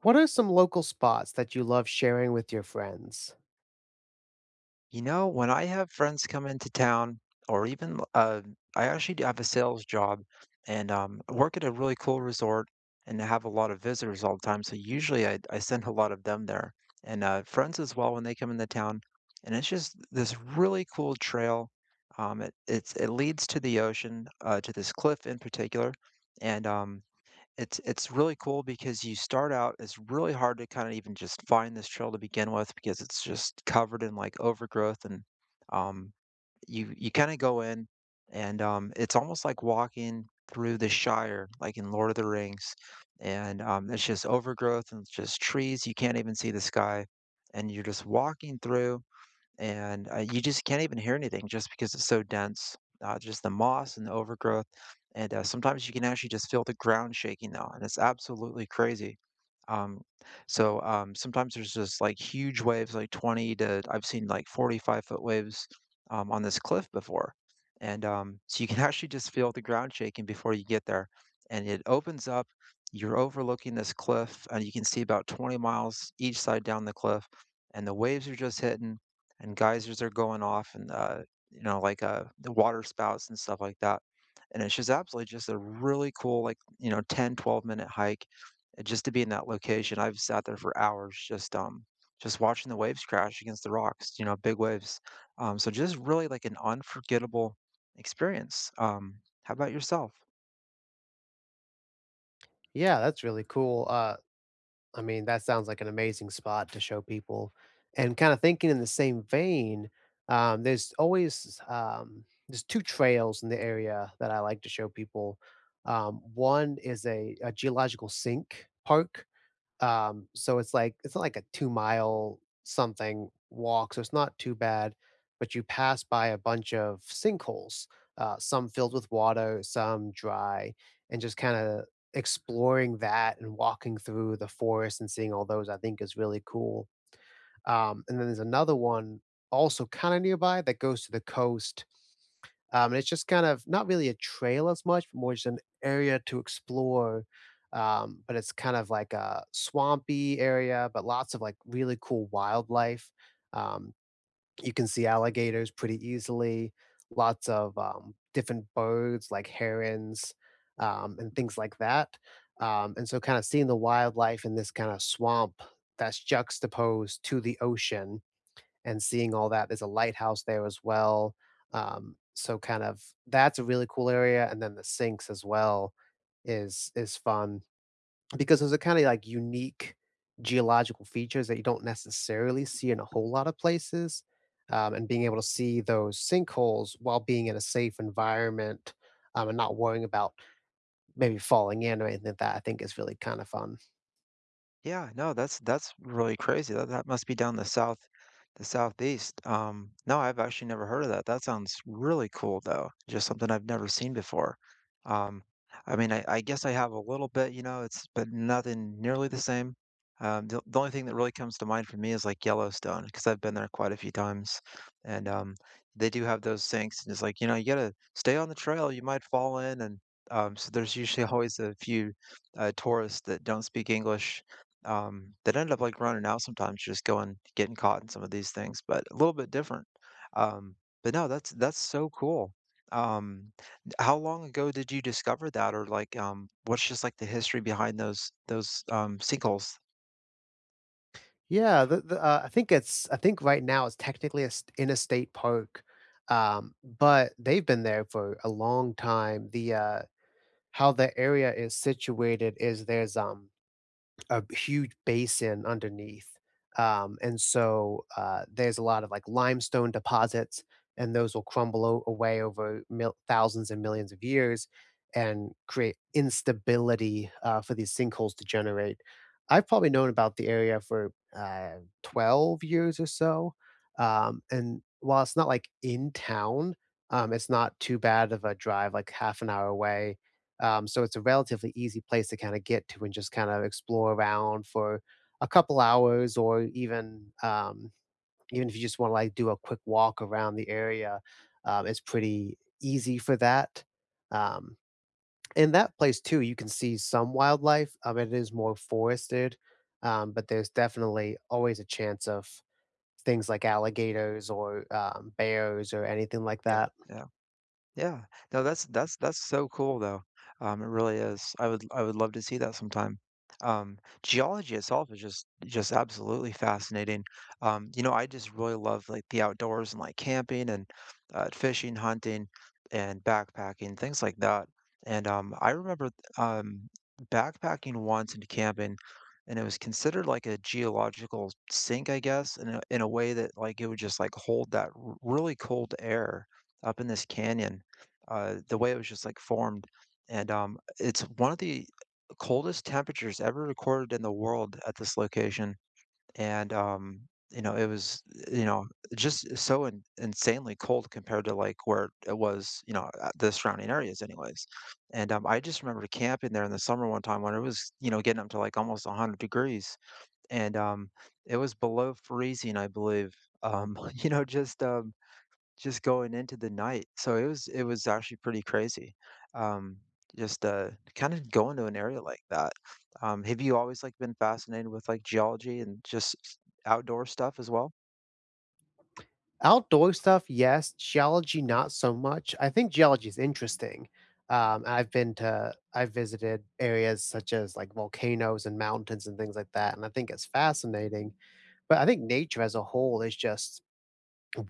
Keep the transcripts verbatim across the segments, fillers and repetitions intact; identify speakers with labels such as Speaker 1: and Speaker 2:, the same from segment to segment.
Speaker 1: What are some local spots that you love sharing with your friends?
Speaker 2: You know, when I have friends come into town, or even uh, I actually do have a sales job and um, work at a really cool resort and have a lot of visitors all the time. So usually I, I send a lot of them there and uh, friends as well when they come into town. And it's just this really cool trail. Um, it, it's it leads to the ocean, uh, to this cliff in particular, and um, it's it's really cool because you start out it's really hard to kinda even just find this trail to begin with because it's just covered in, like, overgrowth, and, um, you you kinda go in and, um, it's almost like walking through the Shire, like in Lord of the Rings, and, um, it's just overgrowth and it's just trees. You can't even see the sky, and you're just walking through and uh, you just can't even hear anything just because it's so dense. Uh, just the moss and the overgrowth, and uh, sometimes you can actually just feel the ground shaking now, and it's absolutely crazy. Um, so um, sometimes there's just like huge waves, like twenty to I've seen like forty-five foot waves um, on this cliff before, and um, so you can actually just feel the ground shaking before you get there, and it opens up. You're overlooking this cliff, and you can see about twenty miles each side down the cliff, and the waves are just hitting and geysers are going off, and uh, you know like uh, the water spouts and stuff like that, and it's just absolutely just a really cool, like, you know, ten, twelve minute hike uh, just to be in that location. I've sat there for hours just um just watching the waves crash against the rocks, you know, big waves. Um so just really like an unforgettable experience. Um how about yourself?
Speaker 1: Yeah, that's really cool. Uh, I mean, that sounds like an amazing spot to show people. And kind of thinking in the same vein, um, there's always um, there's two trails in the area that I like to show people. Um, one is a, a geological sink park. Um, so it's like it's not like a two mile something walk, so it's not too bad, but you pass by a bunch of sinkholes, uh, some filled with water, some dry, and just kinda exploring that and walking through the forest and seeing all those, I think, is really cool. Um, and then there's another one also kinda nearby that goes to the coast, um, and it's just kind of not really a trail as much, but more just an area to explore. Um, but it's kind of like a swampy area, but lots of like really cool wildlife. Um, you can see alligators pretty easily, lots of um, different birds like herons, um, and things like that. Um, and so, kind of seeing the wildlife in this kind of swamp that's juxtaposed to the ocean and seeing all that. There's a lighthouse there as well. Um, so kind of that's a really cool area, and then the sinks as well is is fun because those are kind of like unique geological features that you don't necessarily see in a whole lot of places. Um, and being able to see those sinkholes while being in a safe environment, um, and not worrying about maybe falling in or anything like that, I think is really kinda fun.
Speaker 2: Yeah, no, that's that's really crazy. That that must be down the south, the southeast. Um, no, I've actually never heard of that. That sounds really cool though. Just something I've never seen before. Um, I mean, I, I guess I have a little bit, you know, it's but nothing nearly the same. Um, the, the only thing that really comes to mind for me is like Yellowstone because I've been there quite a few times, and um, they do have those sinks, and it's like you know you gotta stay on the trail, you might fall in, and um, so there's usually always a few uh, tourists that don't speak English um, that end up, like, running out sometimes just going getting caught in some of these things, but a little bit different. Um, but no, that's that's so cool. Um, how long ago did you discover that, or, like, um, what's just, like, the history behind those those, um, sinkholes?
Speaker 1: Yeah, the the, uh, I think it's I think right now it's technically a st in a state park, um, but they've been there for a long time. The, uh how the area is situated is there's, um a huge basin underneath. Um, and so uh, there's a lot of like limestone deposits, and those will crumble o- away over mil- thousands and millions of years and create instability uh, for these sinkholes to generate. I've probably known about the area for uh, twelve years or so. Um, and while it's not like in town, um, it's not too bad of a drive, like half an hour away, um, so it's a relatively easy place to kind of get to and just kind of explore around for a couple hours, or even um, even if you just want to like do a quick walk around the area. Um, it's pretty easy for that. Um, in that place too, you can see some wildlife. Um, it is more forested, um, but there's definitely always a chance of things like alligators or um, bears or anything like
Speaker 2: Yeah,
Speaker 1: that.
Speaker 2: yeah. Yeah. No, that's that's that's so cool though. Um, it really is. I would I would love to see that sometime. Um, geology itself is just just absolutely fascinating. Um, you know, I just really love like the outdoors and like camping and uh, fishing, hunting, and backpacking, things like that. And um, I remember um, backpacking once and camping, and it was considered like a geological sink, I guess, in a, in a way that like it would just like hold that r really cold air up in this canyon uh, the way it was just like formed. And um, it's one of the coldest temperatures ever recorded in the world at this location. And um, you know, it was you know just so in, insanely cold compared to like where it was, you know, uh, the surrounding areas, anyways. And um, I just remember camping there in the summer one time when it was, you know, getting up to like almost one hundred degrees, and um, it was below freezing, I believe. Um, you know, just um, just going into the night. So it was it was actually pretty crazy. Um, just uh Kind of going to an area like that. Um, have you always like been fascinated with like geology and just s- outdoor stuff as well?
Speaker 1: Outdoor stuff, yes. Geology, not so much. I think geology is interesting. Um, I've been to, I've visited areas such as like volcanoes and mountains and things like that, and I think it's fascinating. But I think nature as a whole is just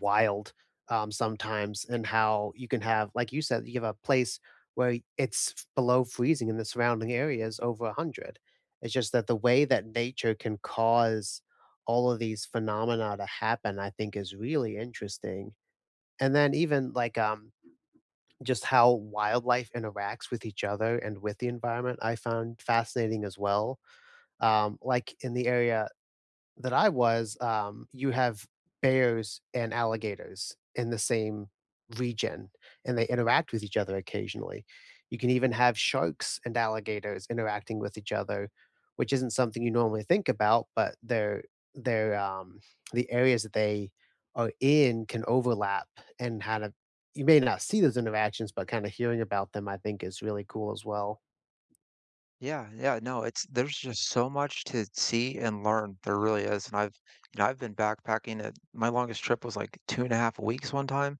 Speaker 1: wild, um, sometimes, and how you can have like you said, you have a place where it's f- below freezing and the surrounding area is over one hundred. It's just that the way that nature can cause all of these phenomena to happen, I think is really interesting. And then even like um just how wildlife interacts with each other and with the environment, I found fascinating as well. Um, like in the area that I was, um, you have bears and alligators in the same region, and they interact with each other occasionally. You can even have sharks and alligators interacting with each other, which isn't something you normally think about, but they're they're um, the areas that they are in can overlap and kind of you may not see those interactions, but kind of hearing about them, I think, is really cool as well.
Speaker 2: Yeah, yeah, no, it's there's just so much to see and learn. There really is. And I've you know, I've been backpacking. At my longest trip was like two and a half weeks one time.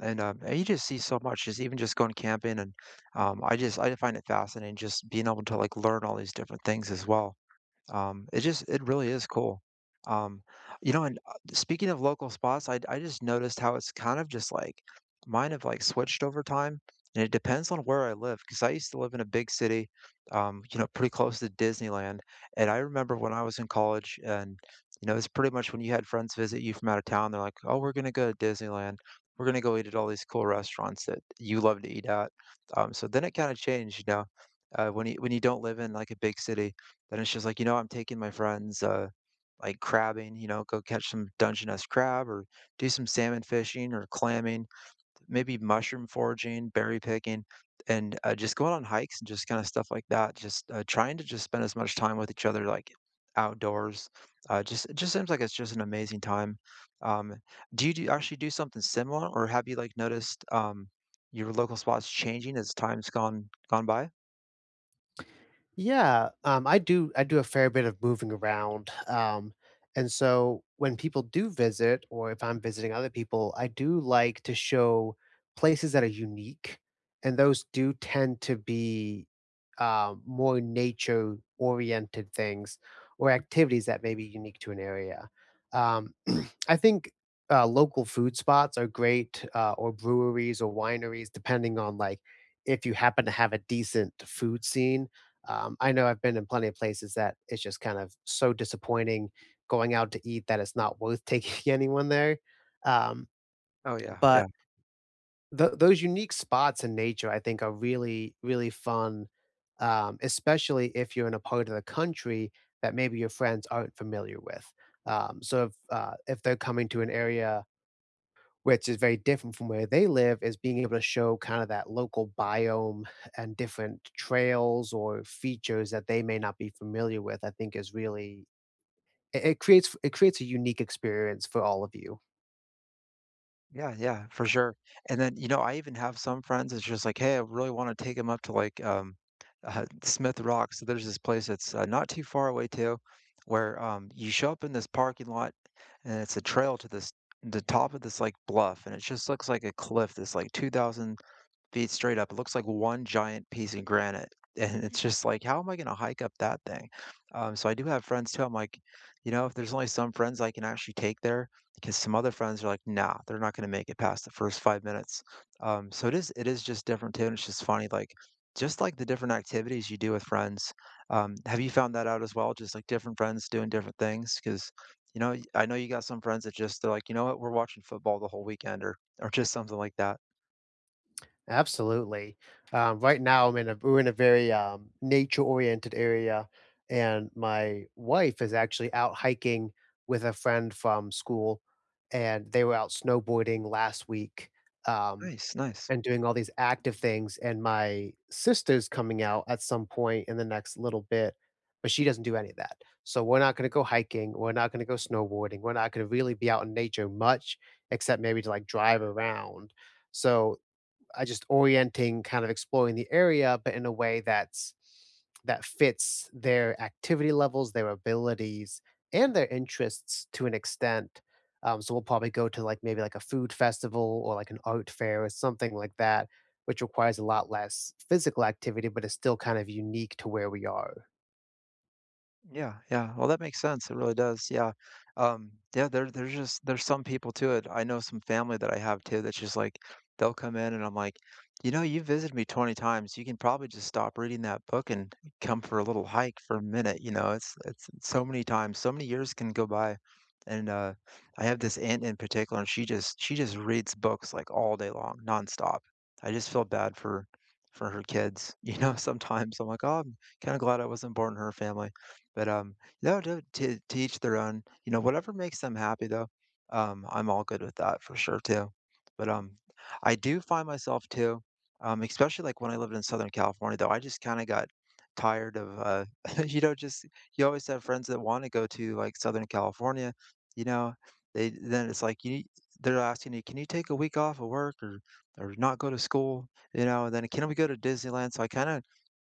Speaker 2: And um and you just see so much, just even just going camping and um I just I find it fascinating just being able to like learn all these different things as well. Um, it just it really is cool. Um, you know, and uh, speaking of local spots, I I just noticed how it's kind of just like mine have like switched over time, and it depends on where I live. Because I used to live in a big city, um, you know, pretty close to Disneyland, and I remember when I was in college, and you know, it's pretty much when you had friends visit you from out of town, they're like, "Oh, we're gonna go to Disneyland. We're gonna go eat at all these cool restaurants that you love to eat at." Um, so then it kind of changed, you know, uh, when you when you don't live in like a big city, then it's just like, you know, I'm taking my friends, uh, like crabbing, you know, go catch some Dungeness crab or do some salmon fishing or clamming, maybe mushroom foraging, berry picking, and uh, just going on hikes and just kind of stuff like that. Just uh, trying to just spend as much time with each other, like outdoors. Uh, just it just seems like it's just an amazing time. Um, do you do, actually do something similar, or have you like noticed um, your local spots changing as time's gone gone by?
Speaker 1: Yeah, um, I do I do a fair bit of moving around, um, and so when people do visit or if I'm visiting other people, I do like to show places that are unique, and those do tend to be um, more nature-oriented things or activities that may be unique to an area. Um, I think, uh, local food spots are great, uh, or breweries or wineries, depending on, like, if you happen to have a decent food scene. Um, I know I've been in plenty of places that it's just kind of so disappointing going out to eat that it's not worth taking anyone there. Um,
Speaker 2: Oh yeah, yeah.
Speaker 1: but tho those unique spots in nature, I think, are really, really fun, um, especially if you're in a part of the country that maybe your friends aren't familiar with. Um, so if, uh, if they're coming to an area which is very different from where they live, is being able to show kind of that local biome and different trails or features that they may not be familiar with, I think is really it it creates it creates a unique experience for all of you.
Speaker 2: Yeah, yeah, for sure. And then, you know, I even have some friends. It's just like, "Hey, I really wanna take take them up to, like, um, uh, Smith Rock." So there's this place that's, uh, not too far away too, where, um, you show up in this parking lot, and it's a trail to this the top of this, like, bluff, and it just looks like a cliff that's, like, two thousand feet straight up. It looks like one giant piece of granite, and it's just like, "How am I gonna hike up that thing?" Um, so I do have friends too, I'm like, you know, if there's only some friends I can actually take there, because some other friends are like, "Nah, they're not gonna make it past the first five minutes." Um, so it is it is just different too, and it's just funny, like, just like the different activities you do with friends. Um, have you found that out as well? Just, like, different friends doing different things, because you know, y- I know you got some friends that just they're like, "You know what? We're watching football the whole weekend," or or just something like that.
Speaker 1: Absolutely. Um, right now, I'm in a we're in a very um, nature-oriented area, and my wife is actually out hiking with a friend from school, and they were out snowboarding last week. Um,
Speaker 2: Nice, nice.
Speaker 1: and doing all these active things, and my sister's coming out at some point in the next little bit, but she doesn't do any of that. So we're not gonna go hiking, we're not gonna go snowboarding, we're not gonna really be out in nature much, except maybe to like drive around. So uh, just orienting, kind of exploring the area, but in a way that's that fits their activity levels, their abilities, and their interests to an extent. Um, so we'll probably go to like maybe like a food festival or like an art fair or something like that, which requires a lot less physical activity, but is still kind of unique to where we are.
Speaker 2: Yeah, yeah. Well, that makes sense. It really does. Yeah. Um, yeah, there there's just there's some people to it. I know some family that I have too that's just like they'll come in and I'm like, "You know, you visited me twenty times. You can probably just stop reading that book and come for a little hike for a minute." You know, it's it's so many times, so many years can go by. And uh I have this aunt in particular, and she just she just reads books like all day long, nonstop. I just feel bad for for her kids, you know, sometimes I'm like, oh, I'm kind of glad I wasn't born in her family. But, um, no, no, to to each their own. You know, whatever makes them happy though, um, I'm all good with that for sure too. But, um, I do find myself too, um, especially like when I lived in Southern California though, I just kinda got tired of, uh, you know, just you always have friends that wanna go to, like, Southern California, you know? They then it's like you they're asking you, "Can you take a week off of work or or not go to school?" You know, and then, "Can we go to Disneyland?" So I kinda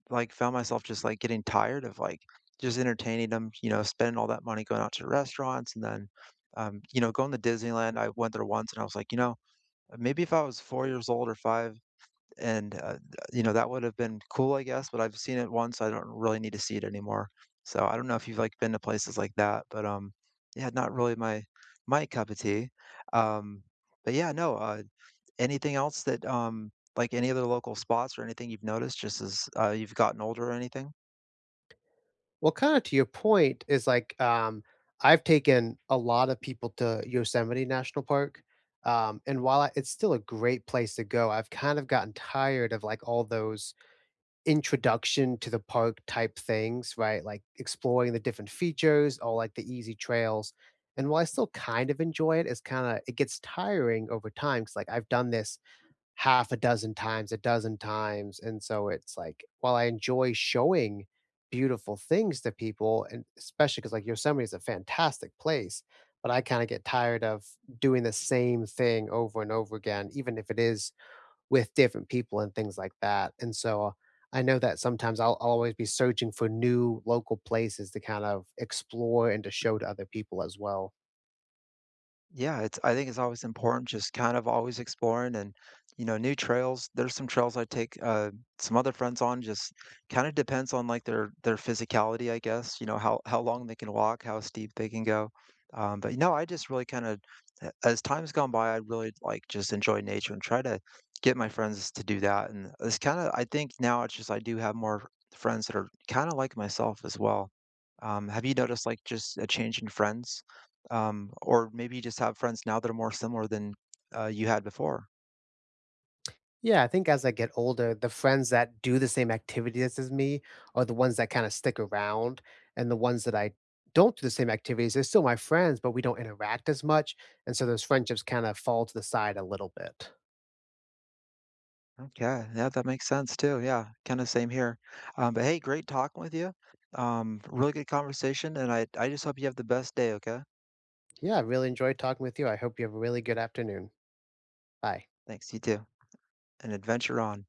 Speaker 2: like, found myself just, like, getting tired of, like, just entertaining them, you know, spending all that money going out to restaurants and then, um, you know, going to Disneyland. I went there once and I was like, you know, maybe if I was four years old or five and, uh, th- you know, that would have been cool, I guess, but I've seen it once. I don't really need to see it anymore. So I don't know if you've, like, been to places like that, but, um, yeah, not really my my cup of tea. Um, but yeah, no, uh, anything else that, um, like, any other local spots or anything you've noticed just as, uh, you've gotten older or anything?
Speaker 1: Well, kinda to your point is, like, um, I've taken a lot of people to Yosemite National Park, um, and while I it's still a great place to go, I've kind of gotten tired of, like, all those introduction to the park type things, right? Like, exploring the different features or, like, the easy trails, and while I still kind of enjoy it, it's kinda it gets tiring over time because like, I've done this half a dozen times, a dozen times, and so it's like, while I enjoy showing beautiful things to people, and especially because like, Yosemite is a fantastic place, but I kinda get tired of doing the same thing over and over again, even if it is with different people and things like that, and so, I know that sometimes I'll I'll always be searching for new local places to kind of explore and to show to other people as well.
Speaker 2: Yeah, it's I think it's always important just kind of always exploring and, you know, new trails. There's some trails I take uh some other friends on, just kind of depends on like their their physicality, I guess, you know, how how long they can walk, how steep they can go. Um, but you know, I just really kind of a- as time's gone by, I really like just enjoy nature and try to get my friends to do that. And it's kind of I think now it's just I do have more friends that are kind of like myself as well. Um, have you noticed like just a change in friends, um, or maybe you just have friends now that are more similar than uh, you had before.
Speaker 1: Yeah, I think as I get older, the friends that do the same activities as me are the ones that kind of stick around. And the ones that I don't do the same activities, they're still my friends, but we don't interact as much. And so those friendships kind of fall to the side a little bit.
Speaker 2: Okay, yeah, that makes sense too. Yeah, kind of same here. Um, but hey, great talking with you. Um, really good conversation, and I I just hope you have the best day. Okay,
Speaker 1: Yeah, I really enjoyed talking with you. I hope you have a really good afternoon. Bye.
Speaker 2: thanks. You too, and adventure on.